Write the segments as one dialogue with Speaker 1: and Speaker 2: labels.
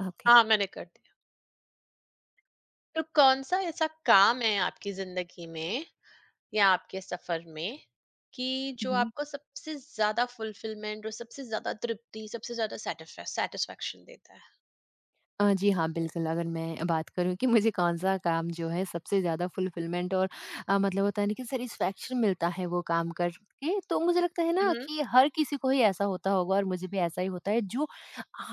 Speaker 1: Okay।
Speaker 2: हाँ, मैंने कर दिया। तो कौन-सा ऐसा काम है आपकी ज़िंदगी में या आपके सफ़र में कि जो
Speaker 1: Mhm।
Speaker 2: आपको सबसे ज़्यादा फुलफिलमेंट और सबसे ज़्यादा तृप्ति, सबसे ज़्यादा सैटिस्फैक्शन देता है?
Speaker 1: जी हाँ, बिल्कुल, अगर मैं बात करूँ कि मुझे कौन-सा काम जो है सबसे ज़्यादा फुलफिलमेंट और मतलब होता है ना कि सैटिस्फैक्शन मिलता है वो काम करके, तो मुझे लगता है
Speaker 2: हुँ,
Speaker 1: ना
Speaker 2: हुँ।
Speaker 1: कि हर किसी को ही ऐसा होता होगा और मुझे भी ऐसा ही होता है। जो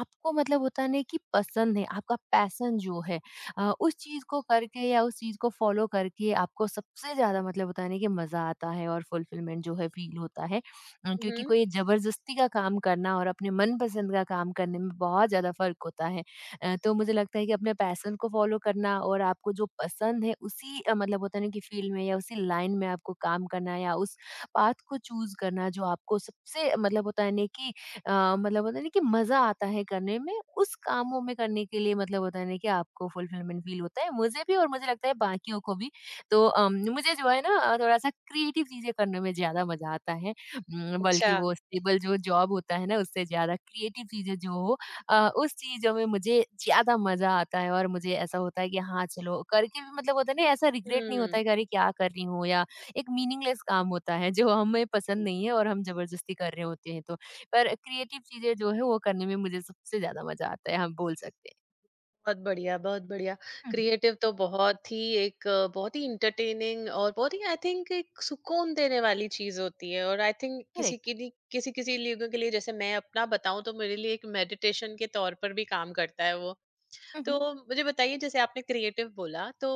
Speaker 1: आपको मतलब होता है ना कि पसंद है, आपका पैशन जो है, उस चीज़ को करके या उस चीज़ को फ़ॉलो करके आपको सबसे ज़्यादा मतलब होता है ना कि मज़ा आता है और फुलफिलमेंट जो है फ़ील होता है। क्योंकि
Speaker 2: हुँ,
Speaker 1: कोई ज़बरदस्ती का काम करना और अपने मनपसंद का काम करने में बहुत ज़्यादा फ़र्क होता है। तो मुझे लगता है कि अपने पैशन को फॉलो करना और आपको जो पसंद है उसी मतलब होता है ना कि फील्ड में या उसी लाइन में आपको काम करना, या उस पाथ को चूज करना जो आपको सबसे मतलब होता है ना कि अ, मतलब होता है ना कि मजा आता है करने में, उस कामों में करने के लिए मतलब होता है ना कि आपको फुलफिलमेंट फील होता है, मुझे भी और मुझे लगता है बाकियों को भी। तो मुझे जो है ना थोड़ा सा क्रिएटिव चीजें करने में ज्यादा मजा आता है,
Speaker 2: अच्छा।
Speaker 1: बल्कि वो स्टेबल जो जॉब होता है ना उससे ज्यादा क्रिएटिव चीजें जो हो उस चीज़ों में मुझे ज़्यादा मज़ा आता है। और मुझे ऐसा होता है कि हाँ चलो करके भी, मतलब होता है ना, ऐसा रिग्रेट नहीं होता
Speaker 2: हुँ।
Speaker 1: है कि अरे क्या कर रही हूँ, या एक मीनिंगलेस काम होता है जो हमें पसंद नहीं है और हम जबरदस्ती कर रहे होते हैं तो। पर क्रिएटिव चीज़ें जो है वो करने में मुझे सबसे ज़्यादा मज़ा आता है, हम बोल सकते हैं।
Speaker 2: बहुत बढ़िया, बहुत बढ़िया।
Speaker 1: हुँ, हुँ।
Speaker 2: क्रिएटिव तो बहुत ही एक बहुत ही एंटरटेनिंग और बहुत ही आई थिंक एक सुकून देने वाली चीज़ होती है और आई थिंक किसी
Speaker 1: करेक्ट।
Speaker 2: के लिए किसी-किसी लोगों के लिए जैसे मैं अपना बताऊँ तो मेरे लिए एक मेडिटेशन के तौर पर भी काम करता है वो।
Speaker 1: हुँ, हुँ।
Speaker 2: तो मुझे बताइए जैसे आपने क्रिएटिव बोला तो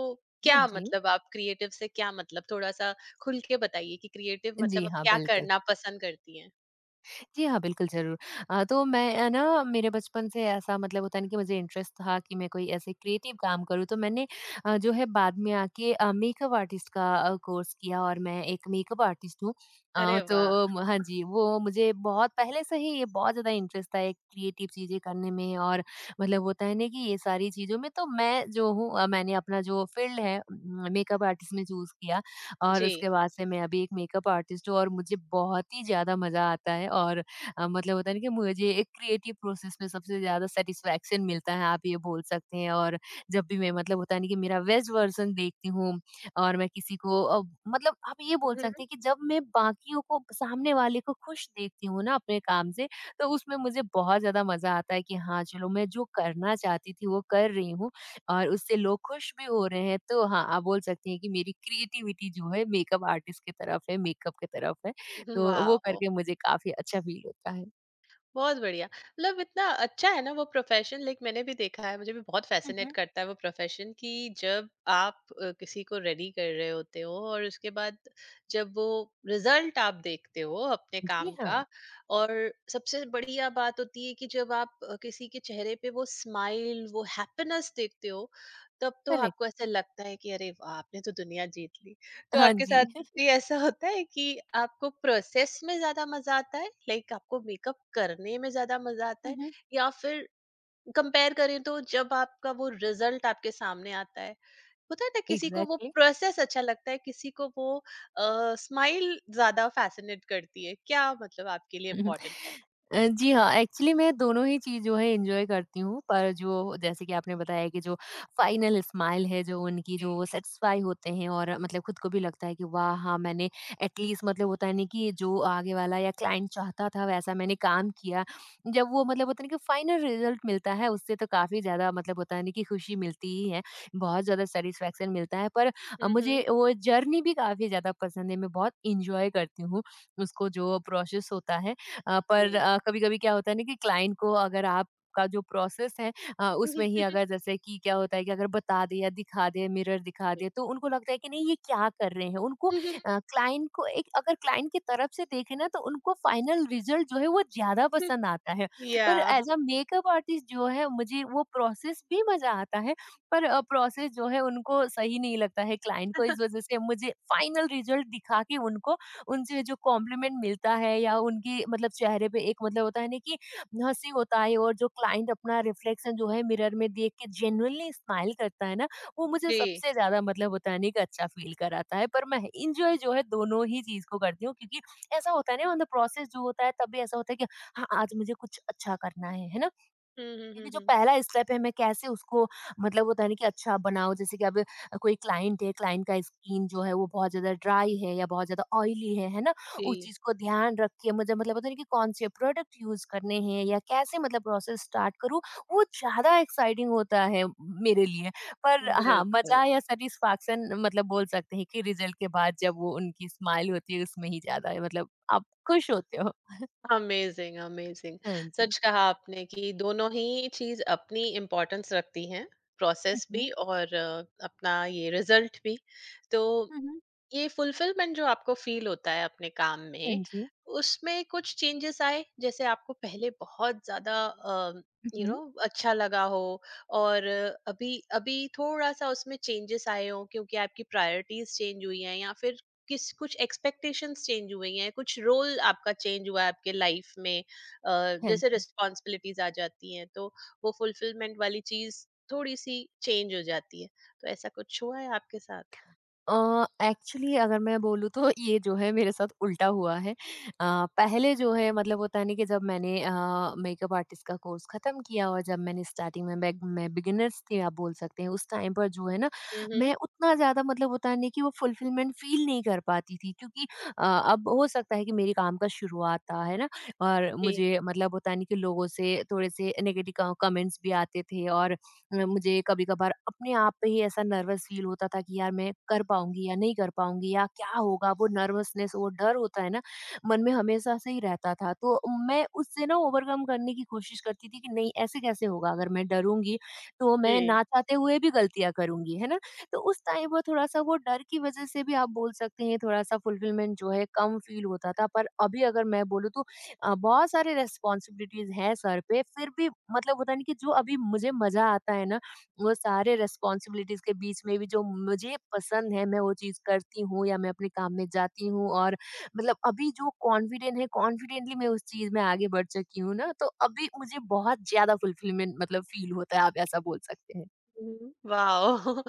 Speaker 1: हाँ
Speaker 2: क्या
Speaker 1: जी।
Speaker 2: मतलब आप क्रिएटिव से क्या मतलब थोड़ा सा खुल के बताइए कि क्रिएटिव
Speaker 1: जी
Speaker 2: मतलब आप
Speaker 1: हाँ,
Speaker 2: क्या
Speaker 1: बिल्कुल।
Speaker 2: करना पसंद करती हैं?
Speaker 1: जी हाँ, बिल्कुल, ज़रूर। तो मैं ना मेरे बचपन से ऐसा, मतलब होता है ना कि मुझे इंटरेस्ट था कि मैं कोई ऐसे क्रिएटिव काम करूँ, तो मैंने जो है बाद में आके मेकअप आर्टिस्ट का कोर्स किया और मैं एक मेकअप आर्टिस्ट हूँ।
Speaker 2: अरे वाह!
Speaker 1: तो म हाँ जी, वो मुझे बहुत पहले से ही ये बहुत ज़्यादा इंटरेस्ट था, एक क्रिएटिव चीज़ें करने में, और मतलब होता है ना कि ये सारी चीज़ों में तो मैं जो हूँ मैंने अपना जो फ़ील्ड है, मेकअप आर्टिस्ट में चूज़ किया, और
Speaker 2: जी।
Speaker 1: उसके बाद से मैं अभी एक मेकअप आर्टिस्ट हूँ और मुझे बहुत ही ज़्यादा मज़ा आता है। और मतलब होता है ना कि मुझे एक क्रिएटिव प्रोसेस में सबसे ज़्यादा सेटिस्फैक्शन मिलता है, आप ये बोल सकते हैं। और जब भी मैं, मतलब होता है ना कि, मेरा बेस्ट वर्ज़न देखती हूँ, और मैं किसी को मतलब आप ये बोल
Speaker 2: हुँ,
Speaker 1: सकते हैं कि जब मैं बाकियों को, सामने वाले को खुश देखती हूँ ना अपने काम से, तो उसमें मुझे बहुत ज़्यादा मज़ा आता है कि हाँ, चलो मैं जो करना चाहती थी वो कर रही हूँ, और उससे लोग खुश भी हो रहे हैं। तो हाँ, आप बोल सकते हैं कि मेरी क्रिएटिविटी जो है मेकअप आर्टिस्ट की तरफ है, मेकअप की तरफ है।
Speaker 2: हुँ।
Speaker 1: तो वो
Speaker 2: वाओ!
Speaker 1: करके मुझे काफ़ी अच्छा फ़ील होता है।
Speaker 2: बहुत बढ़िया। मतलब इतना अच्छा है ना वो प्रोफ़ेशन लाइक मैंने भी देखा है, मुझे भी बहुत
Speaker 1: हुँ,
Speaker 2: फ़ैसिनेट
Speaker 1: हुँ।
Speaker 2: करता है वो प्रोफ़ेशन कि जब आप किसी को रेडी कर रहे होते हो और उसके बाद जब वो रिज़ल्ट आप देखते हो अपने
Speaker 1: जी
Speaker 2: काम
Speaker 1: हाँ।
Speaker 2: का। और सबसे बढ़िया बात होती है कि जब आप किसी के चेहरे पे वो स्माइल, वो हैप्पीनेस देखते हो, तब तो आपको
Speaker 1: करेक्ट।
Speaker 2: ऐसा लगता है कि अरे वाह! आपने तो दुनिया जीत ली। तो
Speaker 1: हाँ
Speaker 2: आपके
Speaker 1: जी।
Speaker 2: साथ भी ऐसा होता है कि आपको प्रोसेस में ज्यादा मजा आता है, लाइक आपको मेकअप करने में ज्यादा मजा आता
Speaker 1: हुँ,
Speaker 2: है
Speaker 1: हुँ।
Speaker 2: या फिर कंपेयर करें तो जब आपका वो रिजल्ट आपके सामने आता है। होता है ना किसी को वो
Speaker 1: एग्ज़ैक्टली।
Speaker 2: प्रोसेस अच्छा लगता है, किसी को वो स्माइल ज्यादा फैसिनेट करती है। क्या मतलब आपके लिए इम्पोर्टेंट है?
Speaker 1: जी हाँ, एक्चुअली मैं दोनों ही चीज़ जो है एन्जॉय करती हूँ, पर जो, जैसे कि आपने बताया कि जो फाइनल स्माइल है, जो उनकी,
Speaker 2: जी।
Speaker 1: जो वो सैटिस्फाई होते हैं और मतलब खुद को भी लगता है कि वाह! हाँ, मैंने एटलीस्ट, मतलब होता है ना कि, जो आगे वाला या क्लाइंट चाहता था वैसा मैंने काम किया। जब वो, मतलब होता है ना कि, फाइनल रिज़ल्ट मिलता है उससे तो काफ़ी ज़्यादा, मतलब होता है ना कि, खुशी मिलती ही है, बहुत ज़्यादा सैटिस्फैक्शन मिलता है। पर मुझे
Speaker 2: हम्म।
Speaker 1: वो जर्नी भी काफ़ी ज़्यादा पसंद है, मैं बहुत एन्जॉय करती हूँ उसको जो प्रोसेस होता है। पर
Speaker 2: जी।
Speaker 1: कभी-कभी क्या होता है ना कि क्लाइंट को अगर आपका जो प्रोसेस है उसमें ही अगर, जैसे कि क्या होता है कि अगर बता दें या दिखा दें, मिरर दिखा
Speaker 2: जी।
Speaker 1: दें, तो उनको लगता है कि नहीं, ये क्या कर रहे हैं। उनको, क्लाइंट को, एक अगर क्लाइंट की तरफ से देखें ना, तो उनको फाइनल रिजल्ट जो है वो ज़्यादा पसंद आता है।
Speaker 2: या
Speaker 1: पर एज़ अ मेकअप आर्टिस्ट जो है, मुझे वो प्रोसेस भी मज़ा आता है, पर प्रोसेस जो है उनको सही नहीं लगता है क्लाइंट को, इस वज़ह से मुझे फाइनल रिजल्ट दिखा के उनको, उनसे जो कॉम्प्लीमेंट मिलता है या उनकी, मतलब, चेहरे पे एक, मतलब होता है ना कि, हँसी होता है, और जो क्लाइंट अपना रिफ्लेक्शन जो है मिरर में देख के जेन्युइनली स्माइल करता है ना, वो मुझे
Speaker 2: जी।
Speaker 1: सबसे ज्यादा, मतलब होता है ना कि, अच्छा फील कराता है। पर मैं इंजॉय जो है दोनों ही चीज को करती हूँ, क्योंकि ऐसा होता है ना, ऑन द प्रोसेस जो होता है तब भी ऐसा होता है कि हाँ, आज मुझे कुछ अच्छा करना है ना?
Speaker 2: हम्म, हम्म,
Speaker 1: क्योंकि जो पहला स्टेप है, मैं कैसे उसको, मतलब होता है ना कि, अच्छा बनाऊँ, जैसे कि अब कोई क्लाइंट है, क्लाइंट का स्किन जो है वो बहुत ज़्यादा ड्राई है या बहुत ज़्यादा ऑयली है ना?
Speaker 2: जी।
Speaker 1: उस चीज़ को ध्यान रख के मुझे, मतलब होता है ना कि, कौन से प्रोडक्ट यूज़ करने हैं या कैसे, मतलब, प्रोसेस स्टार्ट करूँ, वो ज़्यादा एक्साइटिंग होता है मेरे लिए। पर हाँ,
Speaker 2: बिल्कुल।
Speaker 1: मज़ा या सैटिस्फैक्शन, मतलब बोल सकते हैं कि रिज़ल्ट के बाद जब वो उनकी स्माइल होती है, उसमें ही ज़्यादा है, मतलब आप खुश होते हो।
Speaker 2: Amazing, amazing.
Speaker 1: हाँ जी।
Speaker 2: सच कहा आपने कि दोनों ही चीज़ अपनी इम्पोर्टेंस रखती हैं,
Speaker 1: हुँ,
Speaker 2: प्रोसेस भी
Speaker 1: हुँ।
Speaker 2: और अपना ये रिज़ल्ट भी। तो
Speaker 1: हुँ, हुँ।
Speaker 2: ये फुलफिलमेंट जो आपको फील होता है अपने काम
Speaker 1: हाँ
Speaker 2: में,
Speaker 1: जी।
Speaker 2: उसमें कुछ चेंजेस आए? जैसे आपको पहले बहुत ज़्यादा
Speaker 1: हुँ,
Speaker 2: यू नो
Speaker 1: हुँ।
Speaker 2: अच्छा लगा हो और अभी अभी थोड़ा-सा उसमें चेंजेस आए हों क्योंकि आपकी प्रायोरिटीज़ चेंज हुई हैं या फिर किस कुछ एक्सपेक्टेशंस चेंज हुई हैं, कुछ रोल आपका चेंज हुआ है आपके लाइफ में
Speaker 1: हाँ
Speaker 2: जैसे
Speaker 1: जी।
Speaker 2: रिस्पॉन्सिबिलिटीज़ आ जाती हैं, तो वो फुलफिलमेंट वाली चीज़ थोड़ी-सी चेंज हो जाती है। तो ऐसा कुछ हुआ है आपके साथ?
Speaker 1: एक्चुअली अगर मैं बोलूँ तो ये जो है मेरे साथ उल्टा हुआ है। पहले जो है, मतलब होता है ना कि, जब मैंने मेकअप आर्टिस्ट का कोर्स ख़त्म किया और जब मैंने स्टार्टिंग में मैं बिगिनर्स थी, आप बोल सकते हैं। उस टाइम पर जो है ना,
Speaker 2: हुँ, हुँ।
Speaker 1: मैं उतना ज़्यादा, मतलब होता है ना कि, वो फुलफ़िलमेंट फ़ील नहीं कर पाती थी, क्योंकि अ, अब हो सकता है कि मेरे काम का शुरुआत था, है ना? और
Speaker 2: जी।
Speaker 1: मुझे, मतलब होता है ना कि, लोगों से थोड़े से नेगेटिव क कमेंट्स भी आते थे, और मुझे कभी-कभार अपने आप पे ही ऐसा नर्वस फ़ील होता था कि यार मैं कर पाऊँगी या नहीं कर पाऊँगी या क्या होगा? वो नर्वसनेस, वो डर होता है ना, मन में हमेशा से ही रहता था। तो मैं उससे ना ओवरकम करने की कोशिश करती थी कि नहीं, ऐसे कैसे होगा? अगर मैं डरूँगी तो मैं
Speaker 2: जी।
Speaker 1: ना चाहते हुए भी गलतियाँ करूँगी, है ना? तो उस टाइम पर थोड़ा-सा वो डर की वज़ह से भी, आप बोल सकते हैं, थोड़ा-सा फ़ुलफ़िलमेंट जो है कम फ़ील होता था। पर अभी अगर मैं बोलूँ तो बहुत सारी रिस्पॉन्सिबिलिटीज़ हैं सर पे, फिर भी, मतलब होता नहीं कि, जो अभी मुझे मज़ा आता है ना, वो सारे रिस्पॉन्सिबिलिटीज़ के बीच में भी जो मुझे पसंद है, मैं वो चीज़ करती हूँ या मैं अपने काम में जाती हूँ, और मतलब अभी जो कॉन्फिडेंट है, कॉन्फिडेंटली मैं उस चीज़ में आगे बढ़ चुकी हूँ ना, तो अभी मुझे बहुत ज़्यादा फुलफिलमेंट, मतलब, फ़ील होता है, आप ऐसा बोल सकते हैं।
Speaker 2: हुँ। वाओ!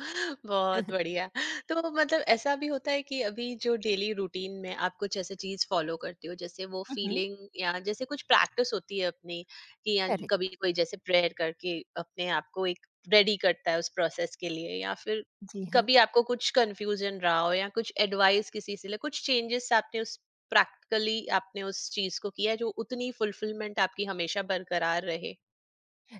Speaker 2: बहुत बढ़िया। तो मतलब ऐसा भी होता है कि अभी जो डेली रूटीन में आप कुछ ऐसे चीज़ फ़ॉलो करती हो, जैसे वो
Speaker 1: हुँ, हुँ।
Speaker 2: फीलिंग या जैसे कुछ प्रैक्टिस होती है अपनी कि या जो-
Speaker 1: करेक्ट।
Speaker 2: कभी कोई जैसे प्रेयर करके अपने आप को एक रेडी करता है उस प्रोसेस के लिए या फिर
Speaker 1: जी हाँ।
Speaker 2: कभी आपको कुछ कन्फ्यूज़न रहा हो या कुछ एडवाइस किसी से ले कुछ चेंजेस आपने उस प्रैक्टिकली आपने उस चीज़ को किया है जो उतनी फुलफिलमेंट आपकी हमेशा बरकरार रहे?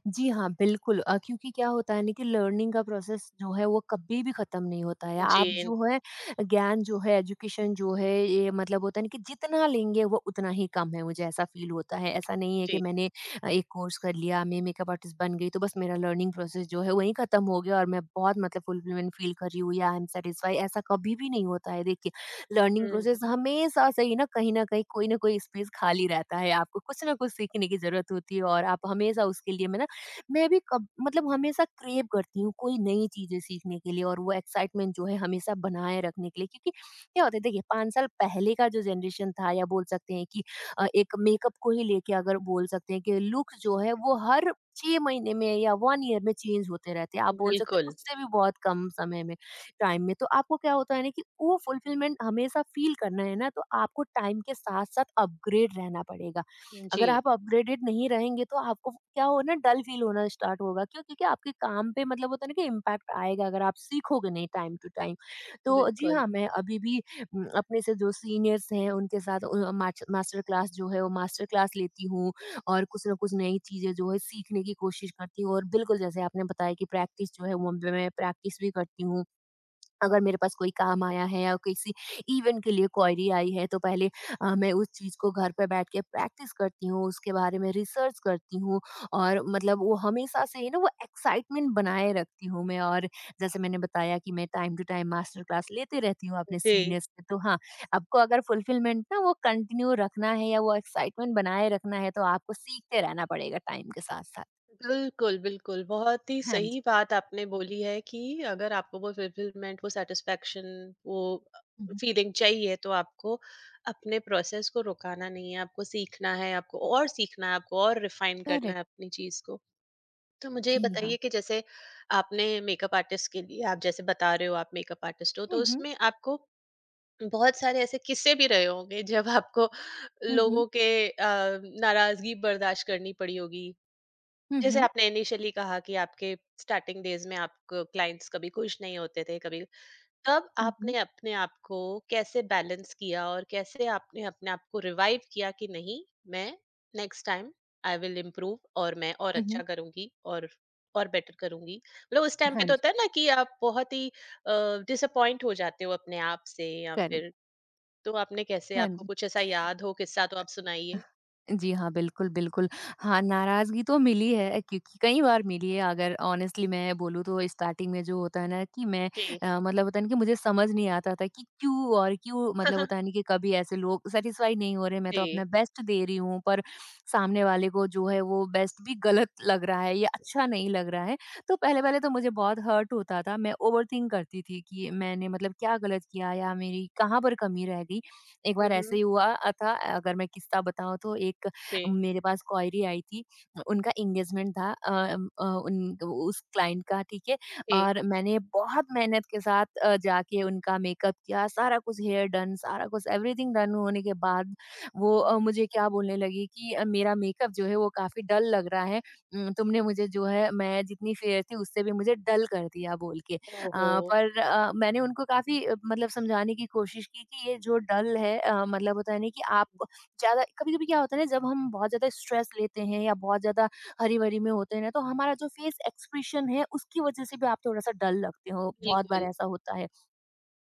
Speaker 1: जी हाँ, बिल्कुल, क्योंकि क्या होता है ना कि लर्निंग का प्रोसेस जो है वो कभी भी ख़त्म नहीं होता है। आप
Speaker 2: जी,
Speaker 1: जो है, ज्ञान जो है, एजुकेशन जो है, ये, मतलब होता है ना कि, जितना लेंगे वो उतना ही कम है, मुझे ऐसा फ़ील होता है। ऐसा नहीं है कि
Speaker 2: जी।
Speaker 1: मैंने एक कोर्स कर लिया, मैं मेकअप आर्टिस्ट बन गई तो बस मेरा लर्निंग प्रोसेस जो है वहीं ख़त्म हो गया और मैं बहुत, मतलब, फुलफ़िलमेंट फ़ील कर रही हूँ या आई एम सैटिस्फाई, ऐसा कभी भी नहीं होता है। देखिए, लर्निंग
Speaker 2: हुँ।
Speaker 1: प्रोसेस हमेशा से ही ना, कहीं न कहीं कोई न कोई स्पेस खाली रहता है। आपको कुछ ना कुछ सीखने की ज़रूरत होती है और आप हमेशा उसके लिए में ना, मैं भी कब, मतलब, हमेशा क्रेव करती हूँ कोई नई चीजें सीखने के लिए और वो एक्साइटमेंट जो है हमेशा बनाए रखने के लिए, क्योंकि क्या होता है, देखिए, 5 साल पहले का जो जनरेशन था, या बोल सकते हैं कि एक मेकअप को ही लेके अगर बोल सकते हैं कि लुक जो है वो हर 6 महीने में या 1 ईयर में चेंज होते रहते हैं, आप बोल सकते हैं
Speaker 2: बिल्कुल,
Speaker 1: उससे भी बहुत कम समय में, टाइम में, तो आपको क्या होता है ना कि वो फुलफिलमेंट हमेशा फील करना है ना, तो आपको टाइम के साथ साथ अपग्रेड रहना पड़ेगा। अगर
Speaker 2: जी,
Speaker 1: आप अपग्रेडेड नहीं रहेंगे तो आपको क्या हो ना डल फील होना स्टार्ट होगा, क्यों? क्योंकि आपके काम पे, मतलब होता है ना कि, इम्पैक्ट आएगा अगर आप सीखोगे नहीं टाइम टू टाइम। तो जी
Speaker 2: बिल्कुल,
Speaker 1: हाँ मैं अभी भी अपने से जो सीनियर्स हैं उनके साथ मास्टर क्लास जो है वो मास्टर क्लास लेती हूँ और कुछ ना कुछ नई चीजें जो है सीखने की कोशिश करती हूँ और बिल्कुल जैसे आपने बताया कि प्रैक्टिस जो है वो मैं प्रैक्टिस भी करती हूँ। अगर मेरे पास कोई काम आया है या किसी इवेंट के लिए क्वेरी आई है तो पहले मैं उस चीज़ को घर पे बैठ के प्रैक्टिस करती हूँ, उसके बारे में रिसर्च करती हूँ और मतलब वो हमेशा से ही ना वो एक्साइटमेंट बनाए रखती हूँ मैं। और जैसे मैंने बताया कि मैं time to time master class लेते रहती हूँ अपने
Speaker 2: जी।
Speaker 1: सीनियर से। तो हाँ, आपको अगर फुलफिलमेंट ना वो कंटिन्यू रखना है या वो एक्साइटमेंट बनाए रखना है तो आपको सीखते रहना पड़ेगा टाइम के साथ-साथ।
Speaker 2: बिल्कुल, बिल्कुल, बहुत ही
Speaker 1: हाँ जी।
Speaker 2: सही बात आपने बोली है कि अगर आपको वो फुलफिलमेंट, वो सैटिस्फैक्शन, वो
Speaker 1: हुँ, हुँ।
Speaker 2: फीलिंग चाहिए तो आपको अपने प्रोसेस को रुकाना नहीं है, आपको सीखना है, आपको और सीखना है, आपको और रिफाइन करना है
Speaker 1: करेक्ट।
Speaker 2: अपनी चीज़ को। तो मुझे ये
Speaker 1: जी हाँ।
Speaker 2: बताइए कि जैसे आपने मेकअप आर्टिस्ट के लिए आप जैसे बता रहे हो आप मेकअप आर्टिस्ट हो, तो
Speaker 1: हुँ, हुँ।
Speaker 2: उसमें आपको बहुत सारे ऐसे किस्से भी रहे होंगे जब आपको
Speaker 1: हुँ, हुँ।
Speaker 2: लोगों के अ, नाराजगी बर्दाश्त करनी पड़ी होगी।
Speaker 1: हुँ,
Speaker 2: जैसे
Speaker 1: हुँ।
Speaker 2: आपने इनिशियली कहा कि आपके स्टार्टिंग डेज में आपको क्लाइंट्स कभी खुश नहीं होते थे कभी, तब
Speaker 1: हुँ, हुँ।
Speaker 2: आपने अपने आप को कैसे बैलेंस किया और कैसे आपने अपने आप को रिवाइव किया कि नहीं, मैं next time I will improve और मैं और
Speaker 1: हुँ, हुँ।
Speaker 2: अच्छा करूंगी और बेटर करूंगी। मतलब उस टाइम पे
Speaker 1: हाँ
Speaker 2: तो
Speaker 1: जी,
Speaker 2: होता है ना कि आप बहुत ही डिसअपॉइंट हो जाते हो अपने आप से या
Speaker 1: करेक्ट।
Speaker 2: फिर। तो आपने कैसे,
Speaker 1: हाँ
Speaker 2: आपको
Speaker 1: जी।
Speaker 2: कुछ ऐसा याद हो किस्सा तो आप सुनाइए?
Speaker 1: जी हाँ, बिल्कुल, बिल्कुल। हाँ, नाराज़गी तो मिली है क्योंकि कई बार मिली है। अगर ऑनेस्टली मैं बोलूँ तो स्टार्टिंग में जो होता है ना कि मैं
Speaker 2: जी।
Speaker 1: मतलब होता है ना कि मुझे समझ नहीं आता था कि क्यों और क्यों। मतलब होता है ना कि कभी ऐसे लोग सैटिस्फाई नहीं हो रहे, मैं तो
Speaker 2: जी।
Speaker 1: अपना बेस्ट दे रही हूँ पर सामने वाले को जो है वो बेस्ट भी गलत लग रहा है या अच्छा नहीं लग रहा है। तो पहले-पहले तो मुझे बहुत हर्ट होता था, मैं ओवरथिंक करती थी कि मैंने मतलब क्या गलत किया या मेरी कहाँ पर कमी रह गई? एक बार
Speaker 2: हुँ,
Speaker 1: ऐसे
Speaker 2: हुँ।
Speaker 1: ही हुआ था। अगर मैं किस्सा बताऊँ तो एक
Speaker 2: जी,
Speaker 1: मेरे पास क्वेरी आई थी। उनका एंगेजमेंट था, उन उस क्लाइंट का, ठीक है।
Speaker 2: जी।
Speaker 1: और मैंने बहुत मेहनत के साथ जाके उनका मेकअप किया, सारा कुछ हेयर डन, सारा कुछ एवरीथिंग डन होने के बाद वो
Speaker 2: हुँ, हुँ।
Speaker 1: मुझे क्या बोलने लगी कि मेरा मेकअप जो है वो काफ़ी डल लग रहा है। तुमने मुझे जो है मैं जितनी फेयर थी उससे भी मुझे डल कर दिया बोल के।
Speaker 2: ओहो!
Speaker 1: पर मैंने उनको काफ़ी मतलब समझाने की कोशिश की कि ये जो डल है मतलब होता है ना कि आप ज़्यादा कभी-कभी क्या होता है ना, जब हम बहुत ज़्यादा स्ट्रेस लेते हैं या बहुत ज़्यादा हरी-भरी में होते हैं ना तो हमारा जो फेस एक्सप्रेशन है उसकी वजह से भी आप थोड़ा-सा डल लगते हो, बहुत बार
Speaker 2: बिल्कुल।
Speaker 1: ऐसा होता है।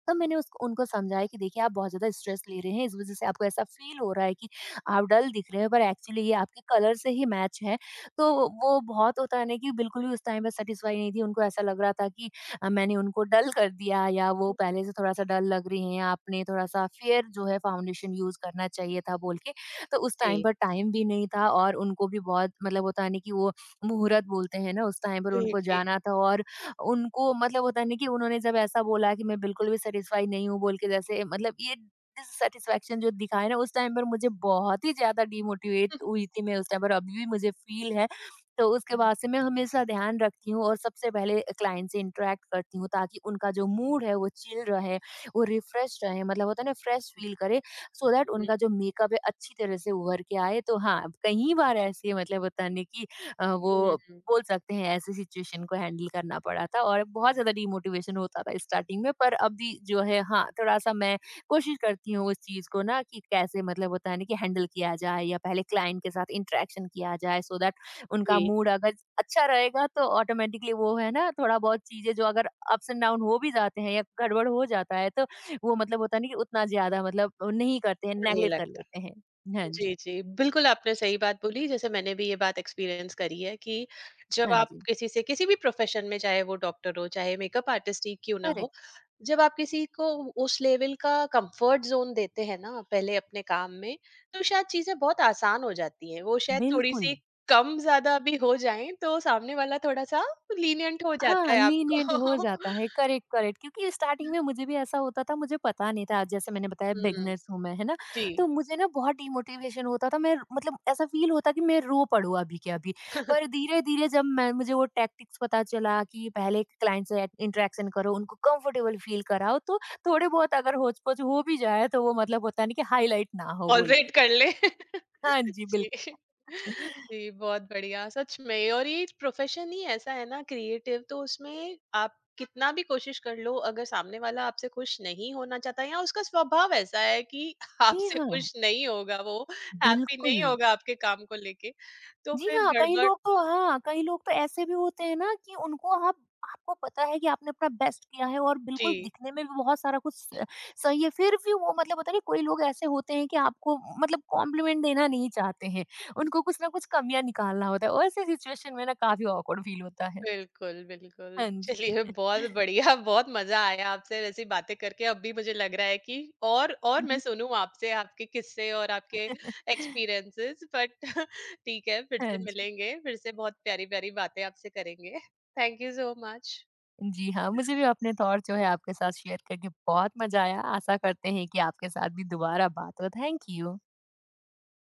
Speaker 1: तब मैंने उसको उनको समझाया कि देखिए आप बहुत ज़्यादा स्ट्रेस ले रहे हैं, इस वज़ह से आपको ऐसा फ़ील हो रहा है कि आप डल दिख रहे हो, पर एक्चुअली ये आपके कलर से ही मैच है। तो वो बहुत होता है ना कि बिल्कुल भी उस टाइम पे सैटिस्फाई नहीं थी, उनको ऐसा लग रहा था कि मैंने उनको डल कर दिया या वो पहले से थोड़ा-सा डल लग रही हैं, आपने थोड़ा-सा फेयर जो है फाउंडेशन यूज़ करना चाहिए था बोल के। तो उस टाइम
Speaker 2: जी,
Speaker 1: पर टाइम भी नहीं था और उनको भी बहुत मतलब होता है ना कि वो मुहूर्त बोलते हैं ना, उस टाइम पर
Speaker 2: जी,
Speaker 1: उनको
Speaker 2: जी।
Speaker 1: जाना था। और उनको मतलब होता है ना कि उन्होंने जब ऐसा बोला कि मैं बिल्कुल भी सैटिस्फाई नहीं हूँ बोल के, जैसे मतलब ये डिससैटिस्फैक्शन जो दिखाया ना उस टाइम पर मुझे बहुत ही ज़्यादा डीमोटिवेट
Speaker 2: हुँ,
Speaker 1: हुई थी मैं, उस टाइम पर अभी भी मुझे फ़ील है। तो उसके
Speaker 2: हुँ,
Speaker 1: बाद से मैं हमेशा ध्यान रखती हूँ और सबसे पहले क्लाइंट से इंटरैक्ट करती हूँ ताकि उनका जो मूड है वो चिल रहे, वो रिफ्रेश रहे, मतलब होता है ना फ्रेश फ़ील करें सो दैट उनका जो मेकअप है अच्छी तरह से उभर के आए। तो हाँ, कई बार ऐसे मतलब होता है ना कि वो
Speaker 2: हुँ,
Speaker 1: बोल सकते हैं ऐसी सिचुएशन को हैंडल करना पड़ा था और बहुत ज़्यादा डिमोटिवेशन होता था स्टार्टिंग में, पर अभी जो है हाँ, थोड़ा-सा मैं कोशिश करती हूँ उस चीज़ को ना कि कैसे मतलब होता है ना कि हैंडल किया जाए या पहले क्लाइंट के साथ इंटरेक्शन किया जाए सो दैट उनका
Speaker 2: जी,
Speaker 1: मूड अगर अच्छा रहेगा तो ऑटोमेटिकली वो है ना थोड़ा-बहुत चीज़ें जो अगर अप्स एंड डाउन हो भी जाते हैं या गड़बड़ हो जाता है तो वो मतलब होता है ना कि उतना ज़्यादा मतलब नहीं करते हैं,
Speaker 2: नहीं
Speaker 1: नेगलेक्ट कर
Speaker 2: लगता।
Speaker 1: लेते हैं। हाँ जी,
Speaker 2: जी, जी, बिल्कुल आपने सही बात बोली, जैसे मैंने भी ये बात एक्सपीरियंस करी है कि जब
Speaker 1: हाँ
Speaker 2: आप
Speaker 1: जी।
Speaker 2: किसी से किसी भी प्रोफ़ेशन में, चाहे वो डॉक्टर हो, चाहे मेकअप आर्टिस्ट ही क्यों ना हो,
Speaker 1: करेक्ट।
Speaker 2: जब आप किसी को उस लेवल का कंफर्ट जोन देते हैं ना पहले अपने काम में, तो शायद चीजें बहुत आसान हो जाती हैं। वो शायद थोड़ी
Speaker 1: बिल्कुल।
Speaker 2: सी कम ज्यादा भी हो जाएं तो सामने वाला थोड़ा सा लीनियंट हो जाता
Speaker 1: हाँ,
Speaker 2: है आपको।
Speaker 1: लीनिएंट हो जाता है, करेक्ट, करेक्ट। क्योंकि स्टार्टिंग में मुझे भी ऐसा होता था, मुझे पता नहीं था, जैसे मैंने बताया
Speaker 2: हम्म।
Speaker 1: बिगिनर्स हूँ मैं, है ना?
Speaker 2: जी।
Speaker 1: तो मुझे ना बहुत डिमोटिवेशन होता था, मैं मतलब ऐसा फ़ील होता कि मैं रो पड़ूँ अभी के अभी। पर धीरे-धीरे जब मैं मुझे वो टैक्टिक्स पता चला कि पहले क्लाइंट से इंटरेक्शन करो, उनको कंफर्टेबल फ़ील कराओ तो थोड़े बहुत अगर होच-पोच हो भी जाए तो वो मतलब होता है ना कि हाइलाइट ना हो बोल के।
Speaker 2: टॉलरेट कर ले।
Speaker 1: हाँ जी,
Speaker 2: जी।
Speaker 1: बिल्कुल।
Speaker 2: जी, बहुत बढ़िया, सच में। और ये प्रोफ़ेशन ही ऐसा है ना क्रिएटिव तो उसमें आप कितना भी कोशिश कर लो, अगर सामने वाला आपसे खुश नहीं होना चाहता या उसका स्वभाव ऐसा है कि
Speaker 1: जी
Speaker 2: आपसे
Speaker 1: हाँ,
Speaker 2: खुश नहीं होगा वो, हैप्पी
Speaker 1: बिल्कुल।
Speaker 2: नहीं होगा आपके काम को लेके, तो
Speaker 1: जी
Speaker 2: फिर
Speaker 1: हाँ, कई
Speaker 2: गड़बड़।
Speaker 1: लोग तो हाँ, कई लोग तो ऐसे भी होते हैं ना कि उनको आप आपको पता है कि आपने अपना बेस्ट किया है और
Speaker 2: जी।
Speaker 1: बिल्कुल दिखने में भी बहुत सारा कुछ स सही है, फिर भी वो मतलब पता नहीं कोई लोग ऐसे होते हैं कि आपको मतलब कॉम्प्लीमेंट देना नहीं चाहते हैं, उनको कुछ ना कुछ कमियाँ निकालना होता है और ऐसे सिचुएशन में ना काफ़ी ऑकवर्ड फील होता है।
Speaker 2: बिल्कुल, बिल्कुल।
Speaker 1: हाँ जी।
Speaker 2: चलिए बहुत बढ़िया, बहुत मज़ा आया आपसे ऐसी बातें करके। अब भी मुझे लग रहा है कि और मैं सुनूँ आपसे, आपके किस्से और आपके एक्सपीरियंसेस बट ठीक है, फिर
Speaker 1: हाँ
Speaker 2: से
Speaker 1: जी।
Speaker 2: मिलेंगे, फिर से बहुत प्यारी-प्यारी बातें आपसे करेंगे। Thank you so much.
Speaker 1: जी हाँ, मुझे भी अपने थॉट जो है आपके साथ शेयर करके बहुत मज़ा आया, आशा करते हैं कि आपके साथ भी दोबारा बात हो। Thank you.